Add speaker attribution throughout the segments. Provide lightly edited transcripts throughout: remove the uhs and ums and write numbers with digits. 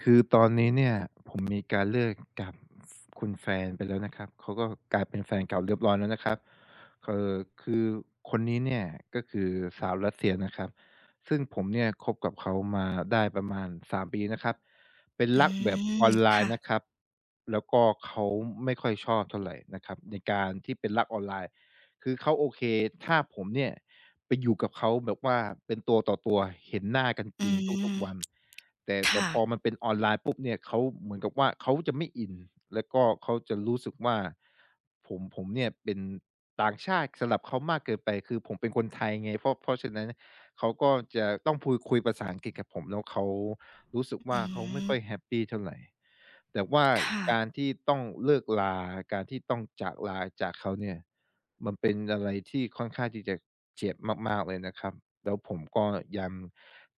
Speaker 1: คือตอนนี้เนี่ยผมมีการเลิกกับคุณแฟนไปแล้วนะครับเขาก็กลายเป็นแฟนเก่าเรียบร้อยแล้วนะครับเอ่อคือคนนี้เนี่ยก็คือสาวรัสเซียนะครับซึ่งผมเนี่ยคบกับเขามาได้ประมาณ3ปีนะครับเป็น
Speaker 2: อื
Speaker 1: รักแบบอ
Speaker 2: ม
Speaker 1: อนไล
Speaker 2: ค่ะ
Speaker 1: น์นะครับแล้วก็เขาไม่ค่อยชอบเท่าไรนะครับในการที่เป็นรักออนไลน์คือเขาโอเคถ้าผมเนี่ยไปอยู่กับเขาแบบว่าเป็นตัวต่อตัวเห็นหน้ากัน
Speaker 2: อื
Speaker 1: จริงทุกๆวัน
Speaker 2: ม
Speaker 1: แต่
Speaker 2: ค่ะ
Speaker 1: พอมันเป็นออนไลน์ปุ๊บเนี่ยเขาเหมือนกับว่าเขาจะไม่อินแล้วก็เขาจะรู้สึกว่าผมเนี่ยเป็นต่างชาติสำหรับเขามากเกินไปคือผมเป็นคนไทยไงเพราะฉะนั้นเขาก็จะต้องพูดคุยภาษาอังกฤษกับผมแล้วเขารู้สึก
Speaker 2: อื
Speaker 1: ว่าเขาไม่ค่อย
Speaker 2: ม
Speaker 1: แฮปปีเท่าไรแต่ว่าการ
Speaker 2: ค่ะ
Speaker 1: ที่ต้องเลิกลาการที่ต้องจากลาจากเขาเนี่ยมันเป็นอะไรที่ค่อนข้างที่จะเจ็บมากๆเลยนะครับ แล้วผมก็ยัง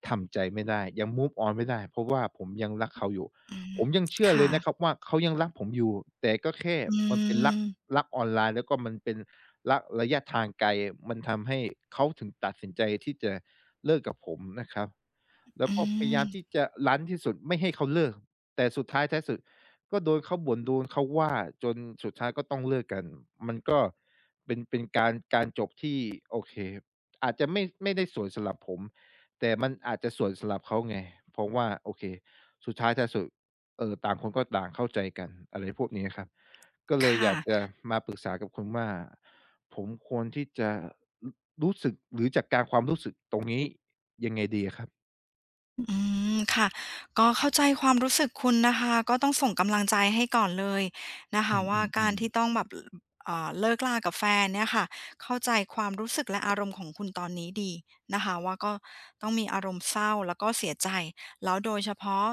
Speaker 1: ทำใจไม่ได้ยัง move on ไม่ได้เพราะว่าผมยังรักเขาอยู่
Speaker 2: อืม
Speaker 1: ผมยังเชื่อเล
Speaker 2: ค่ะ
Speaker 1: ยนะครับว่าเขายังรักผมอยู่แต่ก็แค่
Speaker 2: อื
Speaker 1: มันเป็นรั
Speaker 2: ม
Speaker 1: กออนไลน์แล้วก็มันเป็นรักระยะทางไกลมันทำให้เขาถึงตัดสินใจที่จะเลิกกับผมนะครับแล้ว
Speaker 2: อื
Speaker 1: ก็พยายาม
Speaker 2: ม
Speaker 1: ที่จะรั้นที่สุดไม่ให้เขาเลิกแต่สุดท้ายท้ายสุด เขาว่าจนสุดท้ายก็ต้องเลิกกันมันก็เป็นการจบที่โอเคอาจจะไม่ได้สวยสำหรับผมแต่มันอาจจะสวยสำหรับเขาไงเพราะว่าโอเคสุดท้ายท้ายสุดต่างคนก็ต่างเข้าใจกันอะไรพวกนี้ครับก็เลยอ
Speaker 2: ค่ะ
Speaker 1: ยากจะมาปรึกษากับคุณว่าผมควรที่จะรรู้สึกหรือจัดการความรู้สึกตรงนี้ยังไงดีอะครับ
Speaker 2: อืมค่ะก็เข้าใจความรู้สึกคุณนะคะก็ต้องส่งกำลังใจให้ก่อนเลยนะ
Speaker 1: อื
Speaker 2: คะว่าการ
Speaker 1: มๆ
Speaker 2: ที่ต้อง
Speaker 1: ๆ
Speaker 2: แบบเลิกรากับแฟนเนี่ยค่ะเข้าใจความรู้สึกและอารมณ์ของคุณตอนนี้ดีนะคะว่าก็ต้องมีอารมณ์เศร้าแล้วก็เสียใจแล้วโดยเฉพาะ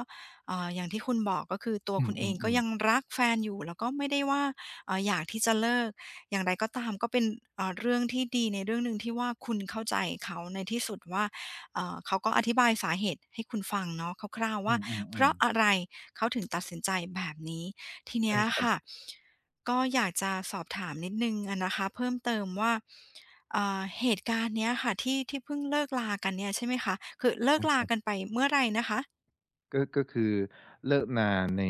Speaker 2: อย่างที่คุณบอกก็คือตัว
Speaker 1: อื
Speaker 2: คุณเองก็
Speaker 1: ม
Speaker 2: ยัง
Speaker 1: ๆๆ
Speaker 2: รักแฟนอยู่แล้วก็ไม่ได้ว่าอยากที่จะเลิกอย่างไรก็ตามก็เป็นเรื่องที่ดีในเรื่องหนึ่งที่ว่าคุณเข้าใจเขาในที่สุดว่า เขาก็อธิบายสาเหตุให้คุณฟังเนาะคร่าวๆ
Speaker 1: อื
Speaker 2: ว่าเพ
Speaker 1: ม
Speaker 2: ราะ
Speaker 1: ๆ
Speaker 2: อะ
Speaker 1: ๆ
Speaker 2: ไรเขาถึงตัดสินใจแบบนี้ทีเนี้
Speaker 1: ใช่
Speaker 2: ย
Speaker 1: ครั
Speaker 2: ค่ะก็อยากจะสอบถามนิดนึงอะนะคะเพิ่มเติมว่าเหตุการณ์เนี้ยค่ะที่เพิ่งเลิกลากันเนี่ยใช่ไหมคะคือเลิกลา
Speaker 1: บ
Speaker 2: กัน
Speaker 1: ๆ
Speaker 2: ไปเมื่อไหรนะคะ
Speaker 1: ก็คือเลิกงานใน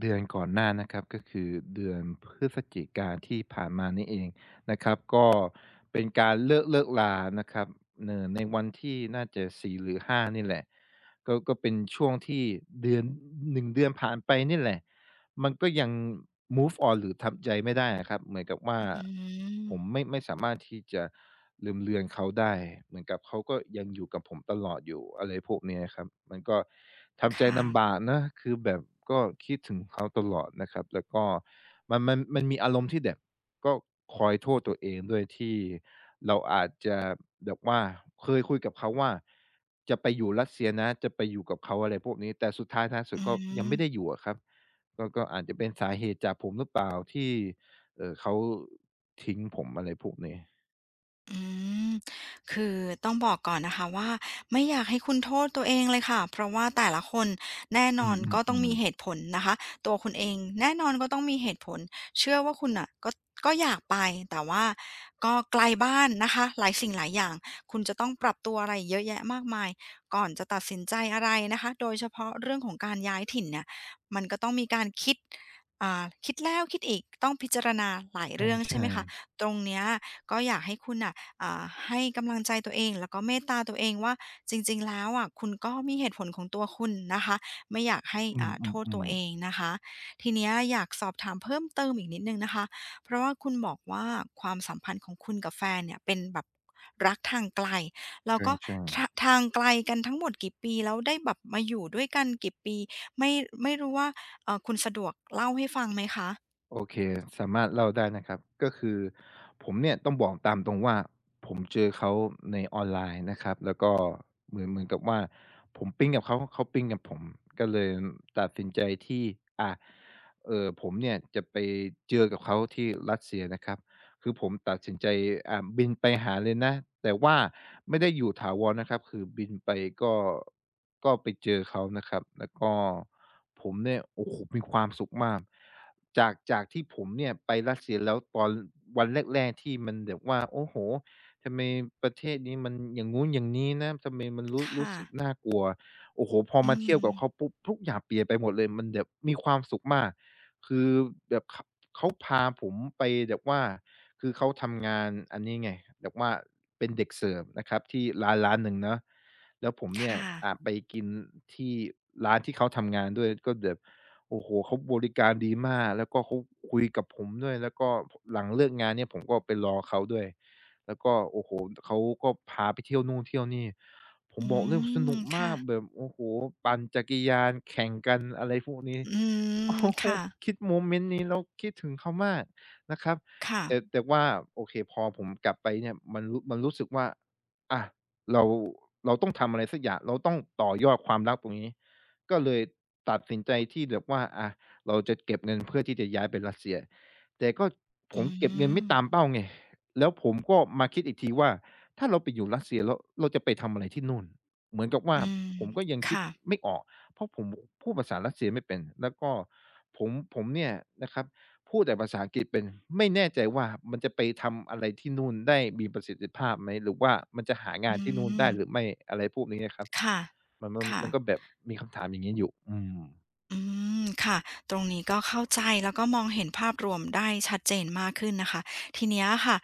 Speaker 1: เดือนก่อนหน้านะครับก็คือเดือนพฤศจิกาที่ผ่านมานี่เองนะครับก็เป็นการเลิกลานะครับในวันที่น่าจะ4หรือ5นี่แหละก็เป็นช่วงที่เดือน1เดือนผ่านไปนี่แหละ มันก็ยัง move on หรือทำใจไม่ได้อะครับเหมือนกับว่า
Speaker 2: อืม
Speaker 1: ผมไม่สามารถที่จะลืมเลือนเขาได้เหมือนกับเขาก็ยังอยู่กับผมตลอดอยู่อะไรพวกเนี้ยครับมันก็ทำใจ
Speaker 2: ค่ะ
Speaker 1: ลำบากนะคือแบบก็คิดถึงเขาตลอดนะครับแล้วก็มันมีอารมณ์ที่แบบก็คอยโทษตัวเองด้วยที่เราอาจจะแบบว่าเคยคุยกับเขาว่าจะไปอยู่รัสเซียนะจะไปอยู่กับเขาอะไรพวกนี้แต่สุดท้ายท้ายสุด
Speaker 2: อื
Speaker 1: ก็ยังไม่ได้
Speaker 2: ม
Speaker 1: อยู่อะครับ ก็อาจจะเป็นสาเหตุจากผมหรือเปล่าที่เขาทิ้งผมอะไรพวกนี้
Speaker 2: อืมคือต้องบอกก่อนนะคะว่าไม่อยากให้คุณโทษตัวเองเลยค่ะเพราะว่าแต่ละคนแน่น
Speaker 1: อื
Speaker 2: อนก็ต้อง
Speaker 1: ม
Speaker 2: มีเห
Speaker 1: ๆ
Speaker 2: ตุผลนะคะตัวคุณเองแน่นอนก็ต้องมีเหตุผลเชื่อว่าคุณน่ะก็อยากไปแต่ว่าก็ไกลบ้านนะคะหลายสิ่งหลายอย่างคุณจะต้องปรับตัวอะไรเยอะแยะมากมายก่อนจะตัดสินใจอะไรนะคะโดยเฉพาะเรื่องของการย้ายถิ่นเนี่ยมันก็ต้องมีการคิดคิดแล้วคิดอีกต้องพิจารณาหลายเรื่อง
Speaker 1: ๆ
Speaker 2: ใช่ไห
Speaker 1: ใช่
Speaker 2: ม
Speaker 1: ๆ
Speaker 2: คะตรงเนี้ยก็อยากให้คุณน่ะ อ่าให้กำลังใจตัวเองแล้วก็เมตตาตัวเองว่าจริงๆแล้วอะคุณก็มีเหตุผลของตัวคุณนะคะไม่อยากให้
Speaker 1: อื
Speaker 2: โทษตัว
Speaker 1: ม
Speaker 2: เอ
Speaker 1: ๆๆ
Speaker 2: งนะคะทีเนี้ยอยากสอบถามเพิ่มเติมอีกนิดนึงนะคะเพราะว่าคุณบอกว่าความสัมพันธ์ของคุณกับแฟนเนี่ยเป็นแบบรักทางไกล
Speaker 1: ใ
Speaker 2: แล้วก็
Speaker 1: ช่ๆ
Speaker 2: ทางไกลกันทั้งหมดกี่ปีแล้วได้แบบมาอยู่ด้วยกันกี่ปีไม่ไม่รู้ว่าคุณสะดวกเล่าให้ฟังไหมคะ
Speaker 1: โอเคสามารถเล่าได้นะครับก็คือผมเนี่ยต้องบอกตามตรงว่าผมเจอเขาในออนไลน์นะครับแล้วก็เหมือนกับว่าผมปิ๊งกับเขาเขาปิ๊งกับผมก็เลยตัดสินใจที่อ่าผมเนี่ยจะไปเจอกับเขาที่รัสเซียนะครับคือผมตัดสินใจบินไปหาเลยนะแต่ว่าไม่ได้อยู่ถาวรนะครับคือบินไปก็ไปเจอเขานะครับแล้วก็ ผมเนี่ยโอ้โฮมีความสุขมากจากที่ผมเนี่ยไปรัสเซียแล้วตอนวันแรกๆที่มันแบบว่าโอ้โฮทำไมประเทศนี้มันอย่างงู้นอย่างนี้นะทำไมมันรู้
Speaker 2: ค่ะ
Speaker 1: สึกน่ากลัวโอ้โฮพอ
Speaker 2: อื
Speaker 1: มาเที่ยว
Speaker 2: ม
Speaker 1: กับเขาปุ๊บทุกอย่างเปลี่ยนไปหมดเลยมันแบบมีความสุขมากคือแบบเขาพาผมไปแบบว่าคือเขาทำงานอันนี้ไงแบบว่าเป็นเด็กเสิร์ฟนะครับที่ร้านหนึ่งเนาะ แล้วผมเนี่ย
Speaker 2: ค่ะ
Speaker 1: ไปกินที่ร้านที่เขาทำงานด้วยก็แบบโอ้โฮเขาบริการดีมากแล้วก็เขาคุยกับผมด้วยแล้วก็พหลังเลิกงานเนี่ยผมก็ไปรอเขาด้วยแล้วก็โอ้โฮเขาก็พาไปเที่ยวนู่นเที่ยวนี่ผ
Speaker 2: อื
Speaker 1: มบอกเลยส
Speaker 2: ม
Speaker 1: นุกมา
Speaker 2: ค่ะ
Speaker 1: กแบบโอ้โฮปั่นจักรยานแข่งกันอะไรพวกนี้
Speaker 2: อื
Speaker 1: โอ้
Speaker 2: ม
Speaker 1: โฮ
Speaker 2: ค่ะ
Speaker 1: คิดโมเมนต์นี้แล้วคิดถึงเขามากนะครับ
Speaker 2: ค่ะ
Speaker 1: แต่ว่าโอเคพอผมกลับไปเนี่ยมันมันรู้สึกว่าอะ เราเราต้องทำอะไรสักอย่างเราต้องต่อยอดความรักตรงนี้ก็เลยตัดสินใจที่แบบว่าอะเราจะเก็บเงินเพื่อที่จะย้ายไปรัสเซียแต่ก็ผ
Speaker 2: อื
Speaker 1: มเก็บเงิน
Speaker 2: ม
Speaker 1: ไม่ตามเป้าไงแล้วผมก็มาคิดอีกทีว่าถ้าเราไปอยู่รัสเซียแล้วเราจะไปทำอะไรที่นู่นเหมือนกับว่า
Speaker 2: อืม
Speaker 1: ผมก็ยังคิด
Speaker 2: ค่ะ
Speaker 1: ไม่ออกเพราะผมพูดภาษารัสเซียไม่เป็นแล้วก็ผมผมเนี่ยนะครับ พูดแต่ภาษาอังกฤษเป็นไม่แน่ใจว่ามันจะไปทำอะไรที่นู่นได้มีประสิทธิภาพไหมหรือว่ามันจะหางา
Speaker 2: อื
Speaker 1: นที่นู่น
Speaker 2: ม
Speaker 1: ได้หรือไม่อะไรพวกนี้อะครับ
Speaker 2: ค่ะ
Speaker 1: มันมัน
Speaker 2: ค่ะ
Speaker 1: มันก็แบบมีคำถามอย่างงี้อยู่อืม
Speaker 2: อืมค่ะตรงนี้ก็เข้าใจแล้วก็มองเห็นภาพรวมได้ชัดเจนมากขึ้นนะคะทีเนี้ยค่ะ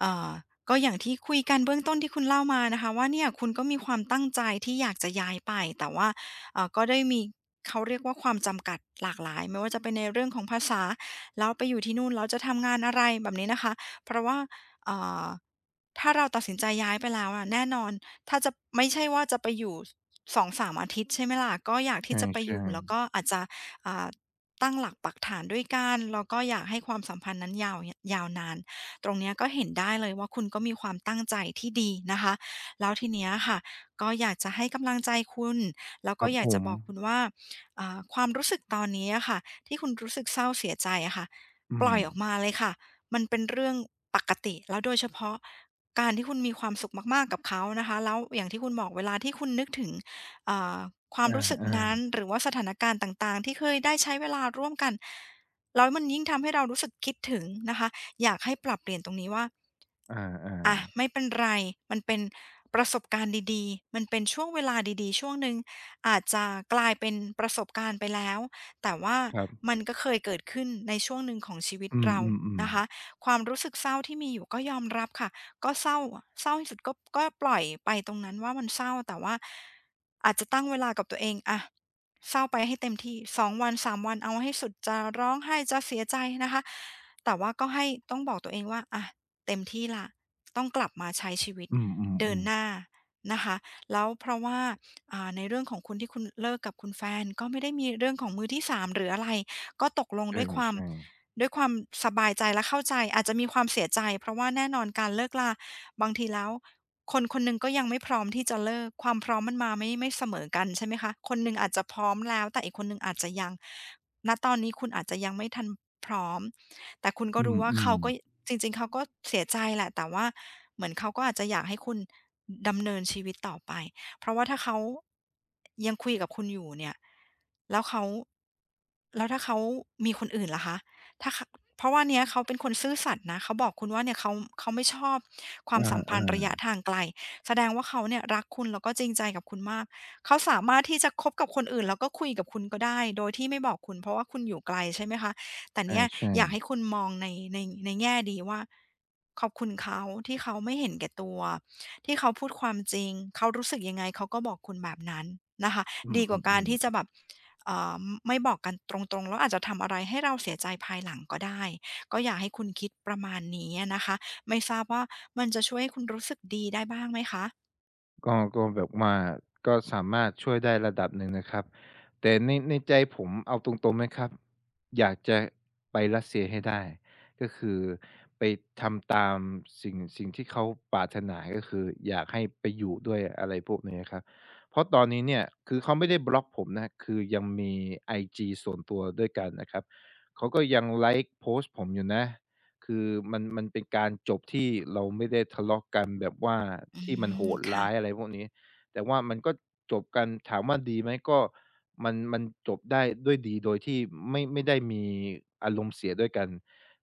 Speaker 2: เอ่อก็อย่างที่คุยกันเบื้องต้นที่คุณเล่ามานะคะว่าเนี่ยคุณก็มีความตั้งใจที่อยากจะย้ายไปแต่ว่าก็ได้มีเขาเรียกว่าความจำกัดหลากหลายไม่ว่าจะเป็นในเรื่องของภาษาแล้วไปอยู่ที่นู่นแล้วจะทำงานอะไรแบบนี้นะคะเพราะว่าเอ่อถ้าเราตัดสินใจย้ายไปแล้วอะแน่นอนถ้าจะไม่ใช่ว่าจะไปอยู่ 2-3องสามอาทิตย์ใช่ไหมล่ะก็อยาก
Speaker 1: ใ
Speaker 2: ที่จะไปอ
Speaker 1: ช่
Speaker 2: ยู่แล้วก็อาจจะอ่าตั้งหลักปักฐานด้วยกันแล้วก็อยากให้ความสัมพันธ์นั้นยาวนานตรงเนี้ยก็เห็นได้เลยว่าคุณก็มีความตั้งใจที่ดีนะคะแล้วทีเนี้ยค่ะก็อยากจะให้กำลังใจคุณแล้ว
Speaker 1: ๆค
Speaker 2: ก็
Speaker 1: รับ
Speaker 2: อยา
Speaker 1: ผ
Speaker 2: กจะ
Speaker 1: ม
Speaker 2: บอกคุณว่าความรู้สึกตอนนี้อะค่ะที่คุณรู้สึกเศร้าเสียใจอะค่ะ
Speaker 1: อื
Speaker 2: ปล่
Speaker 1: ม
Speaker 2: อยออกมาเลยค่ะมันเป็นเรื่องปกติแล้วโดยเฉพาะการที่คุณมีความสุขมากๆกับเขานะคะแล้วอย่างที่คุณบอกเวลาที่คุณนึกถึง อ่าความ
Speaker 1: อ
Speaker 2: รู้สึกนั้น
Speaker 1: า
Speaker 2: หรือว่าสถานการณ์ต่างๆที่เคยได้ใช้เวลาร่วมกันแล้วมันยิ่งทำให้เรารู้สึกคิดถึงนะคะอยากให้ปรับเปลี่ยนตรงนี้ว่า
Speaker 1: ๆอ
Speaker 2: อะ
Speaker 1: า
Speaker 2: ไม่เป็นไรมันเป็นประสบการณ์ดีๆมันเป็นช่วงเวลาดีๆช่วงหนึ่งอาจจะกลายเป็นประสบการณ์ไปแล้วแต่ว่า
Speaker 1: ๆครับ
Speaker 2: มันก็เคยเกิดขึ้นในช่วงหนึ่งของชีวิต
Speaker 1: อื
Speaker 2: เรา
Speaker 1: ม
Speaker 2: นะคะ
Speaker 1: ๆๆ
Speaker 2: ความรู้สึกเศร้าที่มีอยู่ก็ยอมรับค่ะ ก็เศร้าอะเศร้าที่สุดก็ปล่อยไปตรงนั้นว่ามันเศร้าแต่ว่าอาจจะตั้งเวลากับตัวเองอะเศร้าไปให้เต็มที่2 วัน3 วันเอาให้สุดจะร้องไห้จะเสียใจนะคะแต่ว่าก็ให้ต้องบอกตัวเองว่าอะเต็มที่แล้วต้องกลับมาใช้ชีวิต
Speaker 1: อื
Speaker 2: เดิน
Speaker 1: ม
Speaker 2: หน้า
Speaker 1: ๆๆ
Speaker 2: นะคะแล้วเพราะว่าในเรื่องของคุณที่คุณเลิกกับคุณแฟนก็ไม่ได้มีเรื่องของมือที่สามหรืออะไรก็ตกลง
Speaker 1: ใ
Speaker 2: ด้วยความ
Speaker 1: ช่ๆ
Speaker 2: ด้วยความสบายใจและเข้าใจอาจจะมีความเสียใจเพราะว่าแน่นอนการเลิกลาบางทีแล้วคนคนหนึ่งก็ยังไม่พร้อมที่จะเลิกความพร้อมมันมาไม่เสมอกันใช่ไหมคะคนหนึ่งอาจจะพร้อมแล้วแต่อีกคนหนึ่งอาจจะยังณตอนนี้คุณอาจจะยังไม่ทันพร้อมแต่คุณก็
Speaker 1: อื
Speaker 2: รู้ว่าเขา
Speaker 1: ม
Speaker 2: ก็
Speaker 1: ๆ
Speaker 2: จริงๆเขาก็เสียใจแหละแต่ว่าเหมือนเขาก็อาจจะอยากให้คุณดำเนินชีวิตต่อไปเพราะว่าถ้าเขายังคุยกับคุณอยู่เนี่ยแล้วเขาแล้วถ้าเขามีคนอื่นล่ะคะ ถ้าเขาเพราะว่าเนี้ยเขาเป็นคนซื่อสัตย์นะเขาบอกคุณว่าเนี่ยเขาไม่ชอบความ
Speaker 1: อ
Speaker 2: สัมพันธ์ระยะ
Speaker 1: า
Speaker 2: ทางไกลแสดงว่าเขาเนี่ยรักคุณแล้วก็จริงใจกับคุณมากเขาสามารถที่จะคบกับคนอื่นแล้วก็คุยกับคุณก็ได้โดยที่ไม่บอกคุณเพราะว่าคุณอยู่ไกลใช่ไหมคะแต่เนี่ย
Speaker 1: ๆใช่
Speaker 2: อยาก
Speaker 1: ๆ
Speaker 2: ให้คุณมองในในในแง่ดีว่าขอบคุณเขาที่เขาไม่เห็นแก่ตัวที่เขาพูดความจริงเขารู้สึกยังไงเขาก็บอกคุณแบบนั้นนะคะ
Speaker 1: อืม
Speaker 2: ดีกว่าการที่จะ
Speaker 1: ๆๆ
Speaker 2: แบบ เอ่อไม่บอกกันตรงๆ แล้วอาจจะทำอะไรให้เราเสียใจภายหลังก็ได้ ก็อยากให้คุณคิดประมาณนี้นะคะ ไม่ทราบว่ามันจะช่วยให้คุณรู้สึกดีได้บ้างไหมคะ
Speaker 1: ก็แบบว่าก็สามารถช่วยได้ระดับหนึ่งนะครับแต่ในใจผมเอาตรงๆนะครับอยากจะไปรัสเซียให้ได้ก็คือไปทำตามสิ่งที่เขาปรารถนาก็คืออยากให้ไปอยู่ด้วยอะไรพวกนี้ครับเพราะตอนนี้เนี่ยคือเขาไม่ได้บล็อกผมนะคือยังมีไอจีส่วนตัวด้วยกันนะครับเขาก็ยังไลก์โพสต์ผมอยู่นะ คือมันเป็นการจบที่เราไม่ได้ทะเลาะกันแบบว่า
Speaker 2: อื
Speaker 1: ที่มันโห
Speaker 2: ม
Speaker 1: ด
Speaker 2: ค่ะ
Speaker 1: ร้ายอะไรพวกนี้แต่ว่ามันก็จบกันถามว่าดีไหมก็มันจบได้ด้วยดีโดยที่ไม่ได้มีอารมณ์เสียด้วยกัน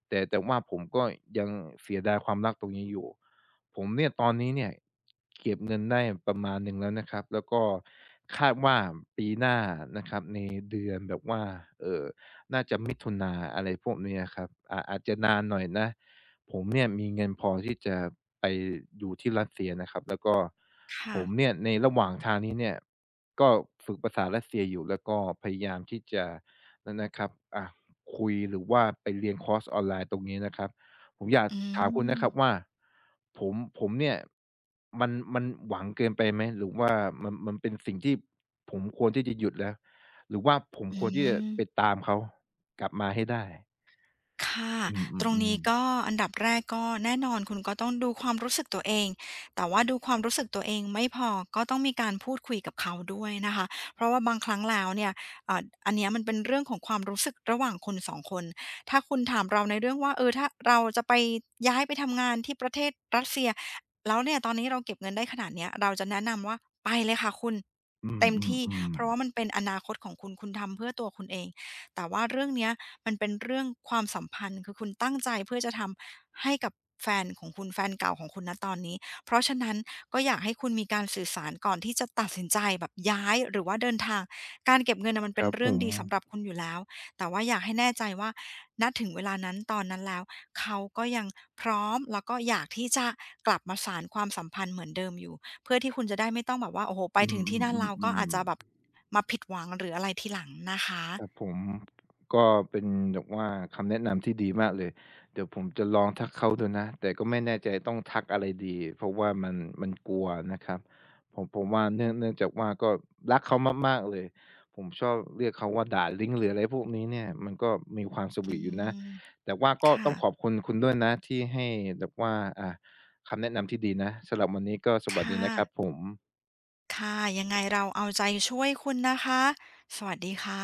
Speaker 1: แต่ว่าผมก็ยังเสียดายความรักตรงนี้อยู่ผมเนี่ยตอนนี้เนี่ยเก็บเงินได้ประมาณหนึ่งแล้วนะครับแล้วก็คาดว่าปีหน้านะครับในเดือนแบบว่าเอ่อ น่าจะมิถุนาอะไรพวกเนี้ยครับอาอาจจะนานหน่อยนะผมเนี่ยมีเงินพอที่จะไปอยู่ที่รัสเซียนะครับแล้วก็ผ
Speaker 2: ค่ะ
Speaker 1: มเนี่ยในระหว่างทางนี้เนี่ยก็ฝึกภาษารัสเซียอยู่แล้วก็พยายามที่จะนั่นนะครับอ่าคุยหรือว่าไปเรียนคอร์สออนไลน์ตรงนี้นะครับผมอยาก
Speaker 2: อื
Speaker 1: ถามคุณ
Speaker 2: ม
Speaker 1: นะครับว่าผมผมเนี่ยมันหวังเกินไปไหมหรือว่ามันเป็นสิ่งที่ผมควรที่จะหยุดแล้ว หรือว่าผม
Speaker 2: อื
Speaker 1: ควรที่จะไป
Speaker 2: ม
Speaker 1: ตามเขากลับมาให้ได้
Speaker 2: ค่ะ
Speaker 1: อื
Speaker 2: ตรงนี้
Speaker 1: มๆๆ
Speaker 2: ก็อันดับแรกก็แน่นอนคุณก็ต้องดูความรู้สึกตัวเองแต่ว่าดูความรู้สึกตัวเองไม่พอก็ต้องมีการพูดคุยกับเขาด้วยนะคะเพราะว่าบางครั้งแล้วเนี่ยเอ่ออันเนี้ยมันเป็นเรื่องของความรู้สึกระหว่างคน2คนถ้าคุณถามเราในเรื่องว่าเออถ้าเราจะไปย้ายไปทำงานที่ประเทศรัสเซียแล้วเนี่ยตอนนี้เราเก็บเงินได้ขนาดเนี้ยเราจะแนะนำว่าไปเลยค่ะคุณ
Speaker 1: อื
Speaker 2: เต็มที่
Speaker 1: ม
Speaker 2: เพราะ
Speaker 1: ๆ
Speaker 2: ว่ามัน
Speaker 1: ๆ
Speaker 2: เป็นอนาคตของคุณคุณทำเพื่อตัวคุณเอง แต่ว่าเรื่องเนี้ยมันเป็นเรื่องความสัมพันธ์คือคุณตั้งใจเพื่อจะทำให้กับแฟนของคุณแฟนเก่าของคุณณตอนนี้เพราะฉะนั้นก็อยากให้คุณมีการสื่อสารก่อนที่จะตัดสินใจแบบย้ายหรือว่าเดินทางการเก็บเงินน่ะมัน
Speaker 1: ค
Speaker 2: เป็น
Speaker 1: รับผ
Speaker 2: เรื่อง
Speaker 1: ม
Speaker 2: ดีสำหรับคุณอยู่แล้วแต่ว่าอยากให้แน่ใจว่าณถึงเวลานั้นตอนนั้นแล้วเขาก็ยังพร้อมแล้วก็อยากที่จะกลับมาสานความสัมพันธ์เหมือนเดิมอยู่เพื่อที่คุณจะได้ไม่ต้องแบบว่าโอ้โฮไป
Speaker 1: อื
Speaker 2: ถึงที่นั่นเราก็
Speaker 1: ม
Speaker 2: อาจจะแบบ
Speaker 1: ๆๆๆ
Speaker 2: มาผิดหวังหรืออะไรทีหลังนะคะ
Speaker 1: ครับผมก็เป็นแบบว่าคำแนะนำที่ดีมากเลยเดี๋ยวผมจะลองทักเขาดูนะแต่ก็ไม่แน่ใจต้องทักอะไรดีเพราะว่ามันมันกลัวนะครับผมผมว่าเนื่องจากว่าก็รักเขามากๆเลยผมชอบเรียกเขาว่าด่าลิงหรืออะไรพวกนี้เนี่ยมันก็มีความส
Speaker 2: อื
Speaker 1: วีตอยู่นะ
Speaker 2: ม
Speaker 1: แต่ว่าก็
Speaker 2: ค่ะ
Speaker 1: ต้องขอบคุณคุณด้วยนะที่ให้แบบว่าอ่าคำแนะนำที่ดีนะสำหรับวันนี้ก็สวัสดี
Speaker 2: ค่ะ
Speaker 1: นะครับผม
Speaker 2: ค่ะ ยังไงเราเอาใจช่วยคุณนะคะ สวัสดีค่ะ